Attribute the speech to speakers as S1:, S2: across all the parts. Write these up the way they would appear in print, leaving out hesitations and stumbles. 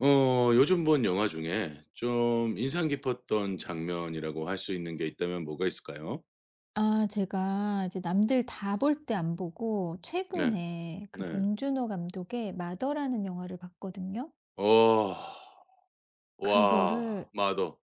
S1: 요즘 본 영화 중에 좀 인상 깊었던 장면이라고 할 수 있는 게 있다면 뭐가 있을까요?
S2: 제가 이제 남들 다 볼 때 안 보고
S1: 네.
S2: 최근에 그
S1: 네.
S2: 봉준호 감독의 마더라는 영화를 봤거든요.
S1: 어. 와.
S2: 그거를
S1: 마더.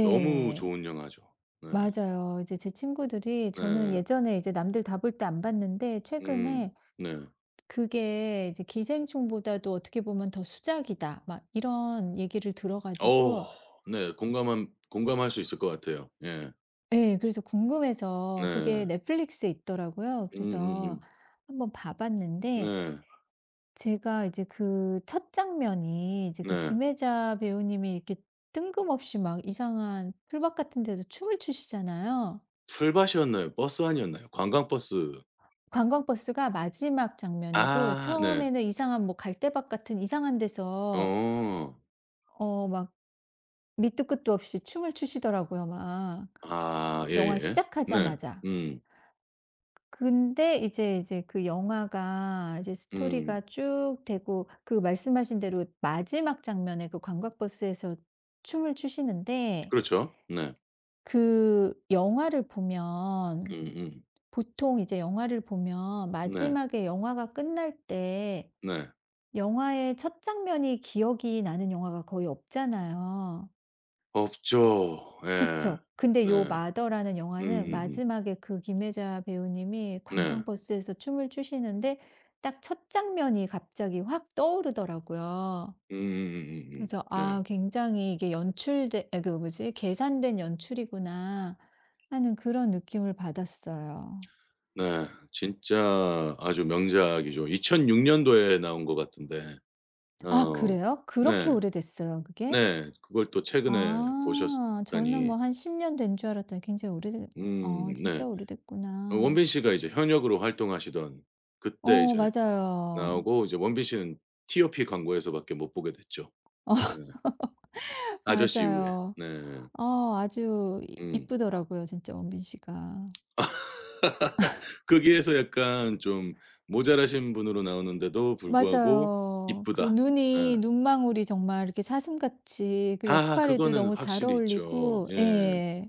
S1: 너무 좋은 영화죠. 네.
S2: 맞아요. 이제 제 친구들이, 저는
S1: 네.
S2: 예전에 이제 남들 다 볼 때 안 봤는데
S1: 음.
S2: 최근에
S1: 네.
S2: 그게 이제 기생충보다도 어떻게 보면 더 수작이다, 막 이런 얘기를 들어
S1: 어
S2: 가지고
S1: 네. 공감한 공감할 수 있을 것 같아요. 예.
S2: 네, 그래서 궁금해서. 그게
S1: 네.
S2: 넷플릭스에 있더라고요. 그래서
S1: 음음음.
S2: 한번 봐 봤는데
S1: 네.
S2: 제가 이제 그 첫 장면이, 이제 그
S1: 네.
S2: 김혜자 배우님이 이렇게 뜬금없이 막 이상한 풀밭 같은 데서 춤을 추시잖아요.
S1: 풀밭이었나요? 버스 안이었나요? 관광버스.
S2: 관광버스가 마지막 장면이고
S1: 아 네.
S2: 처음에는 이상한 뭐 갈대밭 같은 이상한 데서
S1: 어.
S2: 막 밑도 끝도 없이 춤을 추시더라고요, 막. 그
S1: 아
S2: 영화
S1: 예예. 네.
S2: 시작하자마자.
S1: 음.
S2: 근데 이제 그 영화가 이제
S1: 음.
S2: 스토리가 쭉 되고 그 말씀하신 대로 마지막 장면에 그 관광버스에서 춤을 추시는데,
S1: 그렇죠. 네.
S2: 그 영화를 보면,
S1: 음음.
S2: 보통 이제 영화를 보면
S1: 네.
S2: 마지막에 영화가 끝날 때
S1: 네.
S2: 영화의 첫 장면이 기억이 나는 영화가 거의 없잖아요.
S1: 없죠. 예.
S2: 그쵸? 근데 요
S1: 네.
S2: 마더라는 영화는
S1: 음음음.
S2: 마지막에 그 김혜자 배우님이
S1: 네.
S2: 관광버스에서 춤을 추시는데 딱 첫 장면이 갑자기 확 떠오르더라고요. 그래서
S1: 네.
S2: '아 굉장히 이게 연출된 아 그 뭐지? 계산된 연출이구나.' 하는 그런 느낌을 받았어요.
S1: 네. 진짜 아주 명작이죠. 2006 년도에 나온 것 같은데.
S2: 아
S1: 어.
S2: 그래요? 그렇게
S1: 네.
S2: 오래됐어요 그게?
S1: 네. 그걸 또 최근에
S2: 아 저는
S1: 보셨다니.
S2: 뭐 한 10년 된 줄 알았더니 굉장히 오래됐
S1: 네.
S2: 진짜 오래됐구나.
S1: 원빈 씨가 이제 현역으로 활동하시던 그때
S2: 어
S1: 이제
S2: 맞아요.
S1: 나오고 이제 원빈 씨는 TOP 광고에서 밖에 못 보게 됐죠. 네. 아저씨 이후에.
S2: 맞아요.
S1: 네.
S2: 어 아주 이
S1: 음.
S2: 이쁘더라고요 진짜 원빈 씨가.
S1: 거기에서 약간 좀 모자라신 분으로 나오는데도 불구하고
S2: 맞아요. 그
S1: 이쁘다. 예.
S2: 눈이 눈망울이 정말 이렇게 사슴같이 그
S1: 아
S2: 역할에도
S1: 그거는
S2: 너무 잘
S1: 확실히 있죠.
S2: 어울리고
S1: 예.
S2: 네.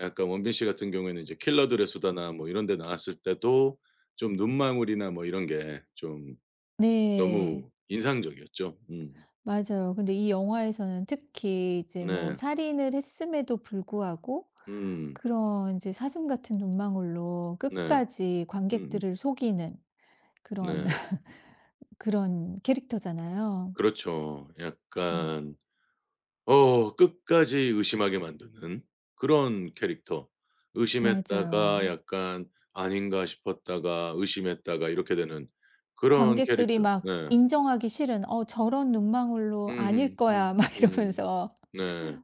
S1: 약간 원빈 씨 같은 경우에는 이제 킬러들의 수다나 뭐 이런 데 나왔을 때도 좀 눈망울이나 뭐 이런 게 좀
S2: 네.
S1: 너무 인상적이었죠. 음.
S2: 맞아요. 근데 이 영화에서는 특히 이제 뭐
S1: 네.
S2: 살인을 했음에도 불구하고
S1: 음.
S2: 그런 이제 사슴 같은 눈망울로
S1: 네.
S2: 끝까지
S1: 음음.
S2: 관객들을 속이는 그런
S1: 네.
S2: 그런 캐릭터잖아요.
S1: 그렇죠.
S2: 음.
S1: 약간 끝까지 의심하게 만드는 그런 캐릭터. 의심했다가
S2: 맞아요.
S1: 약간 아닌가 싶었다가 의심했다가 이렇게 되는 그런
S2: 관객들이
S1: 캐릭터.
S2: 막
S1: 네.
S2: 인정하기 싫은 '어 저런 눈망울로 아닐
S1: 음음
S2: 거야.' 막
S1: 음. 음.
S2: 이러면서
S1: 네.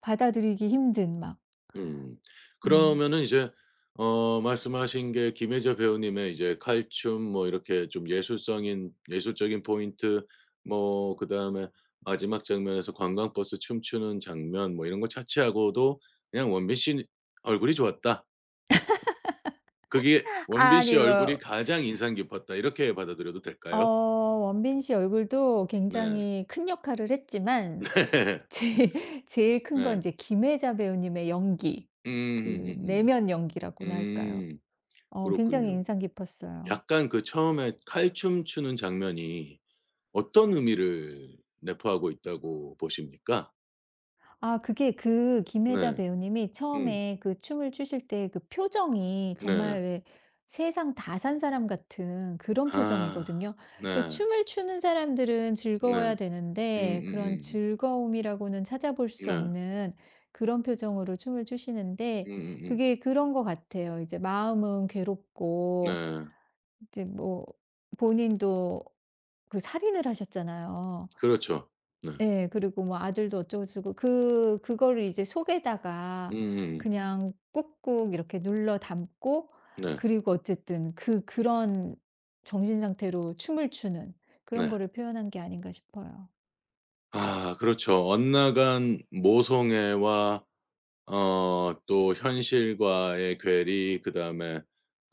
S2: 받아들이기 힘든 막.
S1: 음.
S2: 음.
S1: 그러면은 이제 말씀하신 게 김혜자 배우님의 이제 칼춤 뭐 이렇게 좀 예술성인 예술적인 포인트 뭐 그다음에 마지막 장면에서 관광버스 춤추는 장면 뭐 이런 거 차치하고도 그냥 '원빈 씨 얼굴이 좋았다.' 그게 '원빈 씨
S2: 아니
S1: 얼굴이
S2: 뭐
S1: 가장 인상 깊었다.' 이렇게 받아들여도
S2: 어
S1: 될까요?
S2: 원빈 씨 얼굴도
S1: 네.
S2: 굉장히 큰 역할을 했지만
S1: 네.
S2: 제
S1: 네.
S2: 제일 큰 건
S1: 네.
S2: 이제 김혜자 배우님의 연기. 그
S1: 음음음음.
S2: 내면 연기라고나 할까요?
S1: 음.
S2: 어 굉장히
S1: 그렇군요.
S2: 인상 깊었어요.
S1: 약간 그 처음에 칼춤 추는 장면이 어떤 의미를 내포하고 있다고 보십니까?
S2: 아 그게 그 김혜자
S1: 네.
S2: 배우님이
S1: 음.
S2: 처음에 그 춤을 추실 때 그 표정이
S1: 네.
S2: 정말, 왜, 세상 다 산 사람 같은 그런
S1: 아.
S2: 표정이거든요. 그
S1: 네.
S2: 춤을 추는 사람들은
S1: 네.
S2: 즐거워야 되는데 그런
S1: 음음음.
S2: 즐거움이라고는 찾아볼 수
S1: 네.
S2: 없는 그런 표정으로 춤을 추시는데,
S1: 음음음.
S2: 그게 그런 것 같아요. 이제 마음은 괴롭고
S1: 네.
S2: 이제 뭐 본인도 그 살인을 하셨잖아요.
S1: 그렇죠. 네.
S2: 예. 그리고 뭐 아들도 어쩌고저쩌고 그 그거를 이제 속에다가
S1: 음음음.
S2: 그냥 꾹꾹 이렇게 눌러 담고
S1: 네.
S2: 그리고 어쨌든 그 그런 정신 상태로 춤을 추는 그런
S1: 네.
S2: 거를 표현한 게 아닌가 싶어요.
S1: 아 그렇죠. 엇나간 모성애와 또 현실과의 괴리 그다음에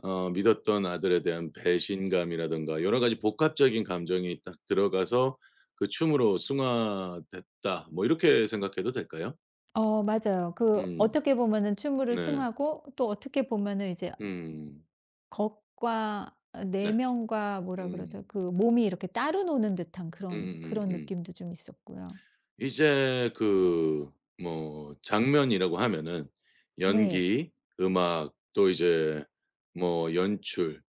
S1: 믿었던 아들에 대한 배신감이라든가 여러 가지 복합적인 감정이 딱 들어가서 그 춤으로 승화됐다. 뭐 이렇게 생각해도 될까요?
S2: 어 맞아요. 그
S1: 음.
S2: 어떻게 보면은 춤으로
S1: 네.
S2: 승하고 또 어떻게 보면은 이제
S1: 음.
S2: 겉과 어
S1: 네.
S2: 내면과 뭐라
S1: 음.
S2: 그러죠? 그 몸이 이렇게 따로 노는 듯한 그런
S1: 음음음
S2: 그런
S1: 음.
S2: 느낌도 좀 있었고요.
S1: 이제 그 뭐 장면이라고 하면은
S2: 네.
S1: 연기, 음악 또 이제 뭐 연출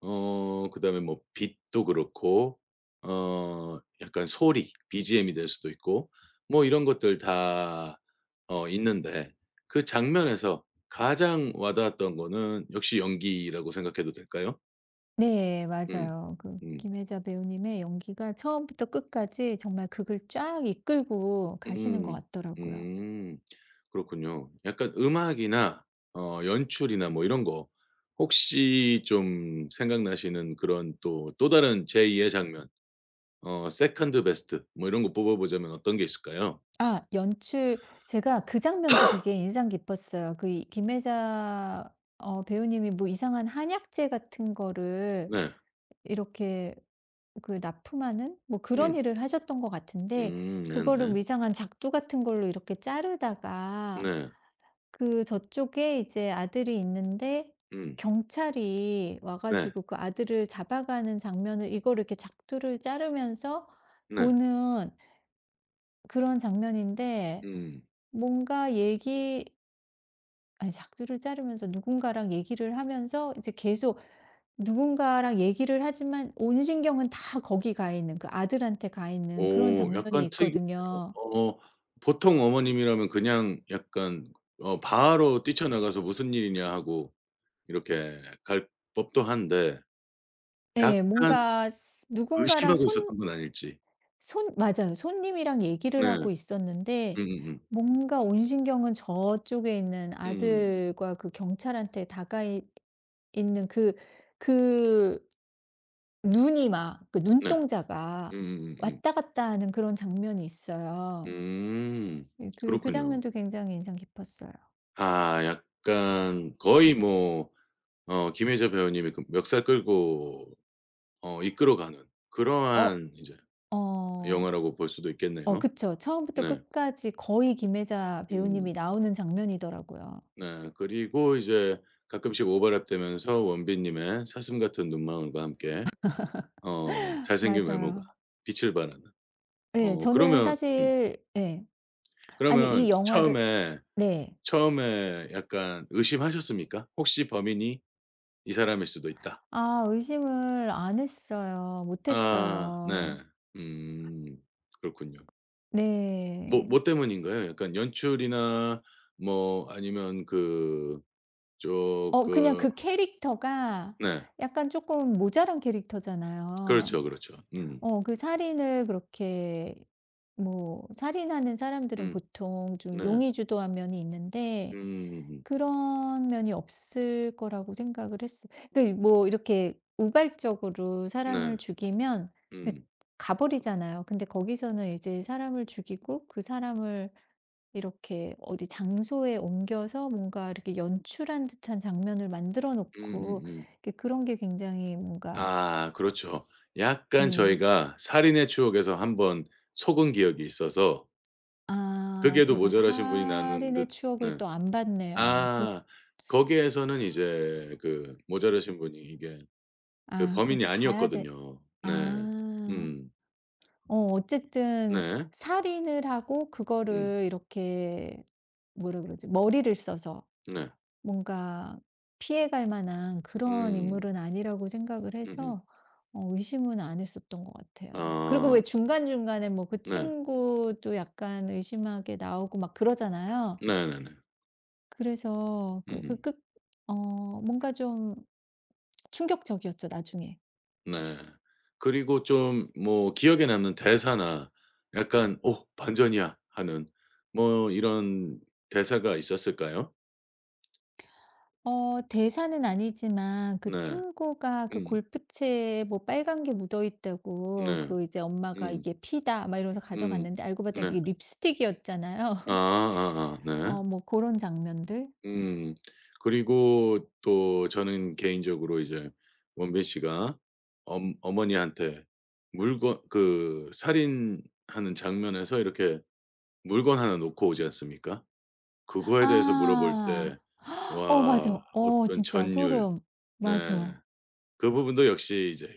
S1: 그다음에 뭐 빛도 그렇고 약간 소리 BGM이 될 수도 있고 뭐 이런 것들 다 있는데 그 장면에서 가장 와 닿았던 거는 역시 연기라고 생각해도 될까요?
S2: 네.
S1: 음.
S2: 맞아요. 그
S1: 음.
S2: 김혜자 배우님의 연기가 처음부터 끝까지 정말 극을 쫙 이끌고 가시는 것
S1: 음.
S2: 같더라고요.
S1: 음. 그렇군요. 약간 음악이나 연출이나 뭐 이런 거 혹시 좀 생각나시는 그런 또, 또 다른 제 2의 장면 세컨드 베스트 뭐 이런 거 뽑아 보자면 어떤 게 있을까요?
S2: 아 연출, 제가 그 장면도 되게 인상 깊었어요. 그 이 김혜자 어 배우님이 뭐 이상한 한약재 같은 거를
S1: 네.
S2: 이렇게 그 납품하는 뭐 그런
S1: 음.
S2: 일을 하셨던 것 같은데, 그거를
S1: 네네.
S2: 위장한 작두 같은 걸로 이렇게 자르다가
S1: 네.
S2: 그 저쪽에 이제 아들이 있는데
S1: 음.
S2: 경찰이 와
S1: 네.
S2: 가지고 그 아들을 잡아가는 장면을 이거를 이렇게 작두를 자르면서
S1: 네.
S2: 보는 그런 장면인데
S1: 음.
S2: 뭔가 얘기 아니 작두를 자르면서 누군가랑 얘기를 하면서 이제 계속 누군가랑 얘기를 하지만 온 신경은 다 거기 가 있는 그 아들한테 가 있는 그런
S1: 오
S2: 장면이
S1: 약간 특이하네요.
S2: 있거든요.
S1: 보통 어머님이라면 그냥 약간 바로 뛰쳐나가서 "무슨 일이냐." 하고 이렇게 갈 법도 한데
S2: 예.
S1: 약간
S2: 뭔가 스 누군가랑
S1: 의심하고
S2: 손
S1: 있었던 건 아닐지.
S2: 손 맞아요. 손님이랑 얘기를
S1: 네.
S2: 하고 있었는데
S1: 음음음.
S2: 뭔가 온 신경은 저쪽에 있는
S1: 음.
S2: 아들과 그 경찰한테 다가 있 있는 그 그 눈이 막 그
S1: 네.
S2: 눈동자가
S1: 음.
S2: 왔다 갔다 하는 그런 장면이
S1: 음.
S2: 있어요.
S1: 음.
S2: 예 그 그
S1: 그렇군요.
S2: 장면도 굉장히 인상 깊었어요.
S1: 아 약간 거의 뭐 김혜자 배우님이 그 멱살 끌고 이끌어 가는
S2: 어
S1: 그러한 이제
S2: 어.
S1: 영화라고 볼 수도
S2: 어
S1: 있겠네요.
S2: 그쵸. 처음부터
S1: 네.
S2: 끝까지 거의 김혜자
S1: 음.
S2: 배우님이 나오는 장면이더라고요.
S1: 네. 그리고 이제 가끔씩 오버랩 되면서 원빈 님의 사슴 같은 눈망울과 함께 잘생긴 외모가
S2: 맞아요.
S1: 빛을 발하는.
S2: 예. 저는
S1: 그러면
S2: 사실 예. 아니 이
S1: 그러면
S2: 영화를
S1: 처음에,
S2: 네.
S1: 처음에 약간 의심하셨습니까? '혹시 범인이 이 사람일 수도 있다.'
S2: 아 의심을 안 했어요. 못
S1: 아 네.
S2: 했어요.
S1: 음 그렇군요.
S2: 네.
S1: 뭐 때문인가요? 약간 연출이나 뭐 아니면 그
S2: 어 그냥
S1: 쪼끔
S2: 그 캐릭터가
S1: 네.
S2: 약간 조금 모자란 캐릭터잖아요.
S1: 그렇죠. 음.
S2: 어 그 살인을 그렇게 뭐 살인하는 사람들은
S1: 음
S2: 보통 좀
S1: 네.
S2: 용의주도한 면이 있는데
S1: 음음음.
S2: 그런 면이 없을 거라고 생각을 했어. 그뭐 이렇게 우발적으로 사람을
S1: 네.
S2: 죽이면 그
S1: 음.
S2: 가버리잖아요. 근데 거기서는 이제 사람을 죽이고 그 사람을 이렇게 어디 장소에 옮겨서 뭔가 이렇게 연출한 듯한 장면을 만들어 놓고
S1: 음음음.
S2: 이렇게 그런 게 굉장히 뭔가.
S1: 아 그렇죠. 약간
S2: 네.
S1: 저희가 살인의 추억에서 한번 속은 기억이 있어서
S2: 아
S1: 그게도
S2: 제가
S1: 모자라신 분이 나는
S2: 살인의
S1: 듯
S2: 추억을
S1: 네.
S2: 또 안 봤네요. 그
S1: 아 거기에서는 이제 그 모자라신 분이 이게 그
S2: 아 그걸
S1: 범인이
S2: 또 봐야 돼.
S1: 아니었거든요. 네.
S2: 아.
S1: 음.
S2: 어 어쨌든
S1: 네.
S2: 살인을 하고
S1: 음.
S2: 그거를 이렇게 뭐라 그러지? 머리를 써서
S1: 네.
S2: 뭔가 피해갈 만한 그런
S1: 음.
S2: 인물은 아니라고 생각을
S1: 음음.
S2: 해서 어 의심은 안 했었던 것 같아요. 그리고
S1: 아.
S2: 왜 중간중간에 뭐 그
S1: 네.
S2: 친구도 약간 의심하게 나오고 막 그러잖아요.
S1: 네네네.
S2: 그래서 그 그
S1: 음음.
S2: 끝 어 뭔가 좀 충격적이었죠, 나중에.
S1: 네. 그리고 좀 뭐 기억에 남는 대사나 약간 '오 반전이야.' 하는 뭐 이런 대사가 있었을까요?
S2: 어 대사는 아니지만 그
S1: 네.
S2: 친구가 그
S1: 음.
S2: 골프채에 뭐 빨간 게 묻어 있다고
S1: 네.
S2: 그 이제 엄마가
S1: 음.
S2: "이게 피다." 막 이러면서
S1: 음.
S2: 가져갔는데 알고 봤더니
S1: 네.
S2: 그게 립스틱이었잖아요.
S1: 아 아아
S2: 어
S1: 네.
S2: 뭐 그런 장면들.
S1: 음. 그리고 또 저는 개인적으로 이제 원빈 씨가 엄 어머니한테 물건 그 살인하는 장면에서 이렇게 물건 하나 놓고 오지 않습니까? 그거에 대해서 물어볼 때
S2: 아. 어 맞아.
S1: 와
S2: 어
S1: 어떤
S2: 진짜
S1: 전율
S2: 소름.
S1: 네.
S2: 맞아.
S1: 그 부분도 역시 이제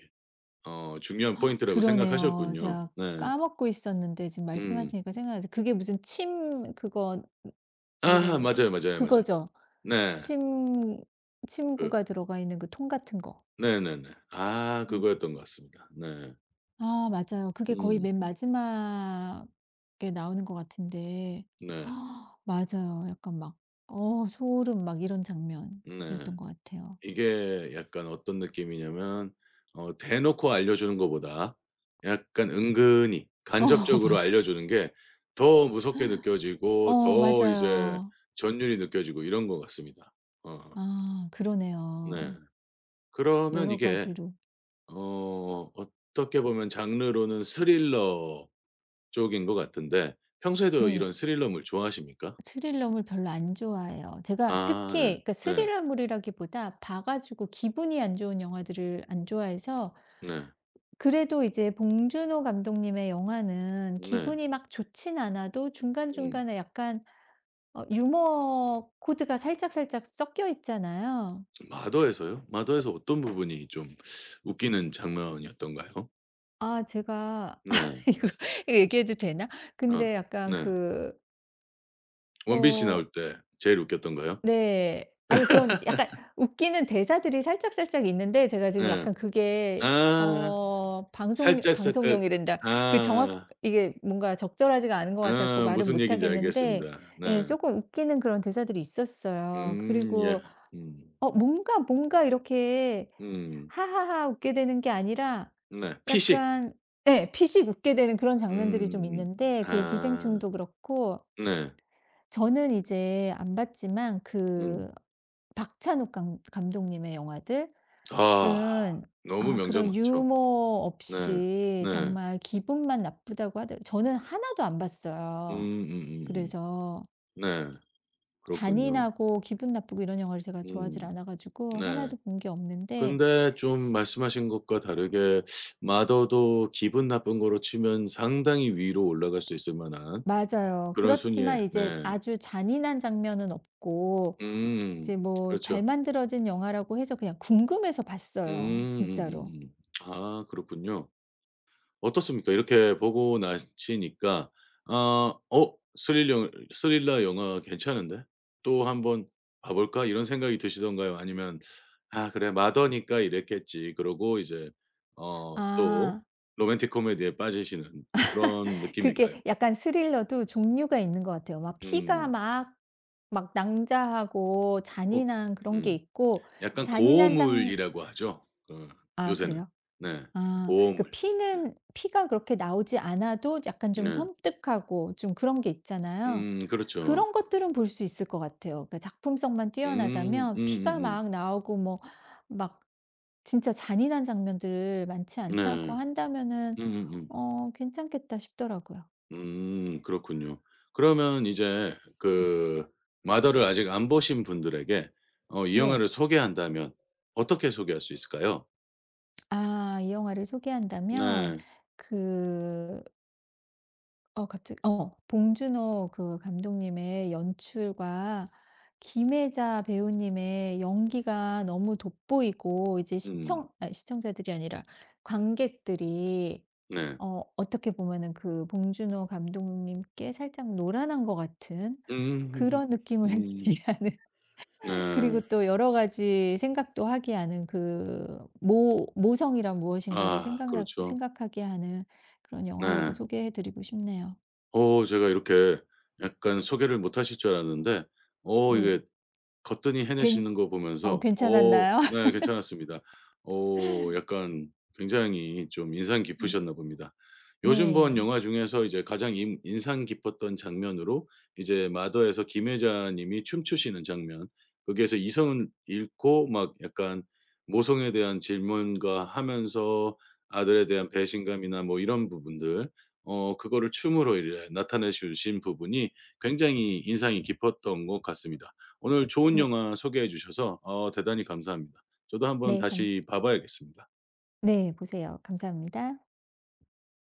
S1: 중요한 포인트라고
S2: 그러네요.
S1: 생각하셨군요.
S2: 제가
S1: 네.
S2: 까먹고 있었는데 지금
S1: 음.
S2: 말씀하시니까 생각나서. 그게 무슨 침 그거 뭐라
S1: 아
S2: 그러죠?
S1: 맞아요, 맞아요, 맞아요.
S2: 그거죠.
S1: 네.
S2: 침
S1: 그
S2: 침구가 들어가 있는 그 통 같은 거.
S1: 네네네. 아 그거였던 것 같습니다. 네.
S2: 아 맞아요. 그게 거의
S1: 음.
S2: 맨 마지막에 나오는 것 같은데
S1: 네.
S2: 맞아요. 약간 막 어 소름 막 이런
S1: 네.
S2: 장면이었던 것 같아요.
S1: 이게 약간 어떤 느낌이냐면 대놓고 알려주는 것보다 약간 은근히
S2: 어
S1: 간접적으로
S2: 맞아.
S1: 알려주는 게 더 무섭게 느껴지고
S2: 어
S1: 더 이제
S2: 맞아요.
S1: 전율이 느껴지고 이런 것 같습니다. 어
S2: 아
S1: 네.
S2: 그러네요.
S1: 그러면
S2: 여러
S1: 이게
S2: 가지로.
S1: 어떻게 보면 장르로는 스릴러 쪽인 것 같은데 평소에도
S2: 네.
S1: 이런 스릴러물 좋아하십니까?
S2: 스릴러물 별로 안 좋아해요. 제가
S1: 아 네.
S2: 특히, 그러니까
S1: 네.
S2: 스릴러물이라기보다 봐 가지고 기분이 안 좋은 영화들을 안 좋아해서.
S1: 네.
S2: 그래도 이제 봉준호 감독님의 영화는
S1: 네.
S2: 기분이 막 좋진 않아도
S1: 음.
S2: 중간중간에 약간 어 유머 코드가 살짝살짝 섞여 있잖아요.
S1: 마더에서요? 마더에서 어떤 부분이 좀 웃기는 장면이었던가요?
S2: 아 제가
S1: 네.
S2: 이거 얘기해도 되나?
S1: 어.
S2: 근데 약간
S1: 네.
S2: 그
S1: 원빈 씨
S2: 뭐
S1: 나올 때 제일 웃겼던가요?
S2: 네. 아니 그런 약간 웃기는 대사들이 살짝살짝 있는데 제가 지금
S1: 예.
S2: 약간 그게
S1: 아.
S2: 어 방송용,
S1: 살짝 살짝
S2: 방송용이란다. 그 정확
S1: 아.
S2: 이게 뭔가 적절하지가 않은 것 같아 갖고
S1: 아
S2: 말은
S1: 무슨
S2: 못
S1: 얘기인지
S2: 하겠는데
S1: 알겠습니다.
S2: 예
S1: 네.
S2: 쪼끔 웃기는 그런 대사들이 있었어요.
S1: 예.
S2: 그리고
S1: 음.
S2: 어 뭔가 이렇게
S1: 음.
S2: 하하하 웃게 되는 게 아니라
S1: 네. 피식.
S2: 약간 예 피식 웃게 되는 그런 장면들이 좀
S1: 음.
S2: 있는데 그
S1: 아.
S2: 기생충도 그렇고
S1: 네.
S2: 저는 이제 안 봤지만
S1: 음.
S2: 그 박찬욱 감 감독님의 영화들은
S1: 아. 너무
S2: 아
S1: 명작
S2: 그런
S1: 많죠.
S2: 유머
S1: 네.
S2: 없이
S1: 네.
S2: 정말 기분만 나쁘다고 하더라 고 저는 하나도 안 봤어요.
S1: 음음음음.
S2: 그래서
S1: 네. 그렇군요.
S2: 잔인하고 기분 나쁘고 이런 영화를 제가 좋아하지
S1: 음
S2: 않아 가지고
S1: 네.
S2: 하나도 본 게 없는데.
S1: 근데 좀 말씀하신 것과 다르게 마더도 기분 나쁜 거로 치면 상당히 위로 올라갈 수 있을 만한
S2: 맞아요.
S1: 그런 순위에
S2: 그렇지만 이제
S1: 네.
S2: 아주 잔인한 장면은 없고
S1: 음.
S2: 이제 뭐 잘
S1: 그렇죠.
S2: 만들어진 영화라고 해서 그냥 궁금해서
S1: 음
S2: 봤어요, 진짜로.
S1: 음음음. 아 그렇군요. 어떻습니까? 이렇게 보고 나시니까 아 스릴러 영화 괜찮은데? 또 한번 봐 볼까?' 이런 생각이 드시던가요? 아니면 '아 그래 마더니까 이랬겠지.' 그러고 이제 또
S2: 아.
S1: 로맨틱 코미디에 빠지시는 그런 느낌일까요?
S2: 그게 약간 스릴러도 종류가 있는 것 같아요. 막 피가
S1: 음.
S2: 막 막 낭자하고
S1: 어
S2: 잔인한 그런 게
S1: 음.
S2: 있고
S1: 약간
S2: 잔인한 장
S1: 고어물이라고 하죠. 그
S2: 아
S1: 요새는.
S2: 그래요?
S1: 네.
S2: 아 그
S1: 고어물.
S2: 피는 피가 그렇게 나오지 않아도 약간 좀
S1: 네.
S2: 섬뜩하고 좀 그런 게 있잖아요.
S1: 그렇죠.
S2: 그런 것들은 볼 수 있을 것 같아요. 그러니까 작품성만
S1: 음.
S2: 뛰어나다면 피가 막 나오고 뭐 막 진짜 잔인한 장면들 많지 않다고
S1: 네.
S2: 한다면은
S1: 음음음.
S2: 어 괜찮겠다 싶더라고요.
S1: 그렇군요. 그러면 이제 그 마더를 아직 안 보신 분들에게 이
S2: 네.
S1: 영화를 소개한다면 어떻게 소개할 수 있을까요?
S2: 아 이 영화를 소개한다면
S1: 네.
S2: 그 어 갑자기 어 봉준호 그 감독님의 연출과 김혜자 배우님의 연기가 너무 돋보이고 이제
S1: 음.
S2: 시청 아 시청자들이 아니라 관객들이
S1: 네.
S2: 어 어떻게 보면은 그 봉준호 감독님께 살짝 노란한 것 같은
S1: 음.
S2: 그런 느낌을
S1: 음.
S2: 이해하는, 그리고
S1: 네.
S2: 또 여러 가지 생각도 하게 하는 그 모 모성이란 무엇인가를
S1: 아
S2: 생각나
S1: 그렇죠.
S2: 생각하게 하는 그런 영화라고
S1: 네.
S2: 소개해 드리고 싶네요.
S1: 오 제가 이렇게 약간 소개를 못 하실 줄 알았는데 오 이게
S2: 네.
S1: 거뜬히
S2: 괜
S1: 해내시는 거
S2: 어
S1: 보면서 어
S2: 괜찮았나요?
S1: 네 괜찮았습니다. 약간 굉장히 좀 인상
S2: 네.
S1: 깊으셨나 봅니다. 요즘 본
S2: 네.
S1: 영화 중에서 이제 가장 임 인상 깊었던 장면으로 이제 마더에서 김혜자 님이 춤추시는 장면 거기에서 이성을 잃고 막 약간 모성에 대한 질문과 하면서 아들에 대한 배신감이나 뭐 이런 부분들 그거를 춤으로 이제 나타내 주신 부분이 굉장히 인상이 깊었던 것 같습니다. 오늘 좋은
S2: 네.
S1: 영화 소개해 주셔서 대단히 감사합니다. 저도 한번
S2: 네. 감
S1: 다시 봐 봐야겠습니다.
S2: 네. 보세요. 감사합니다.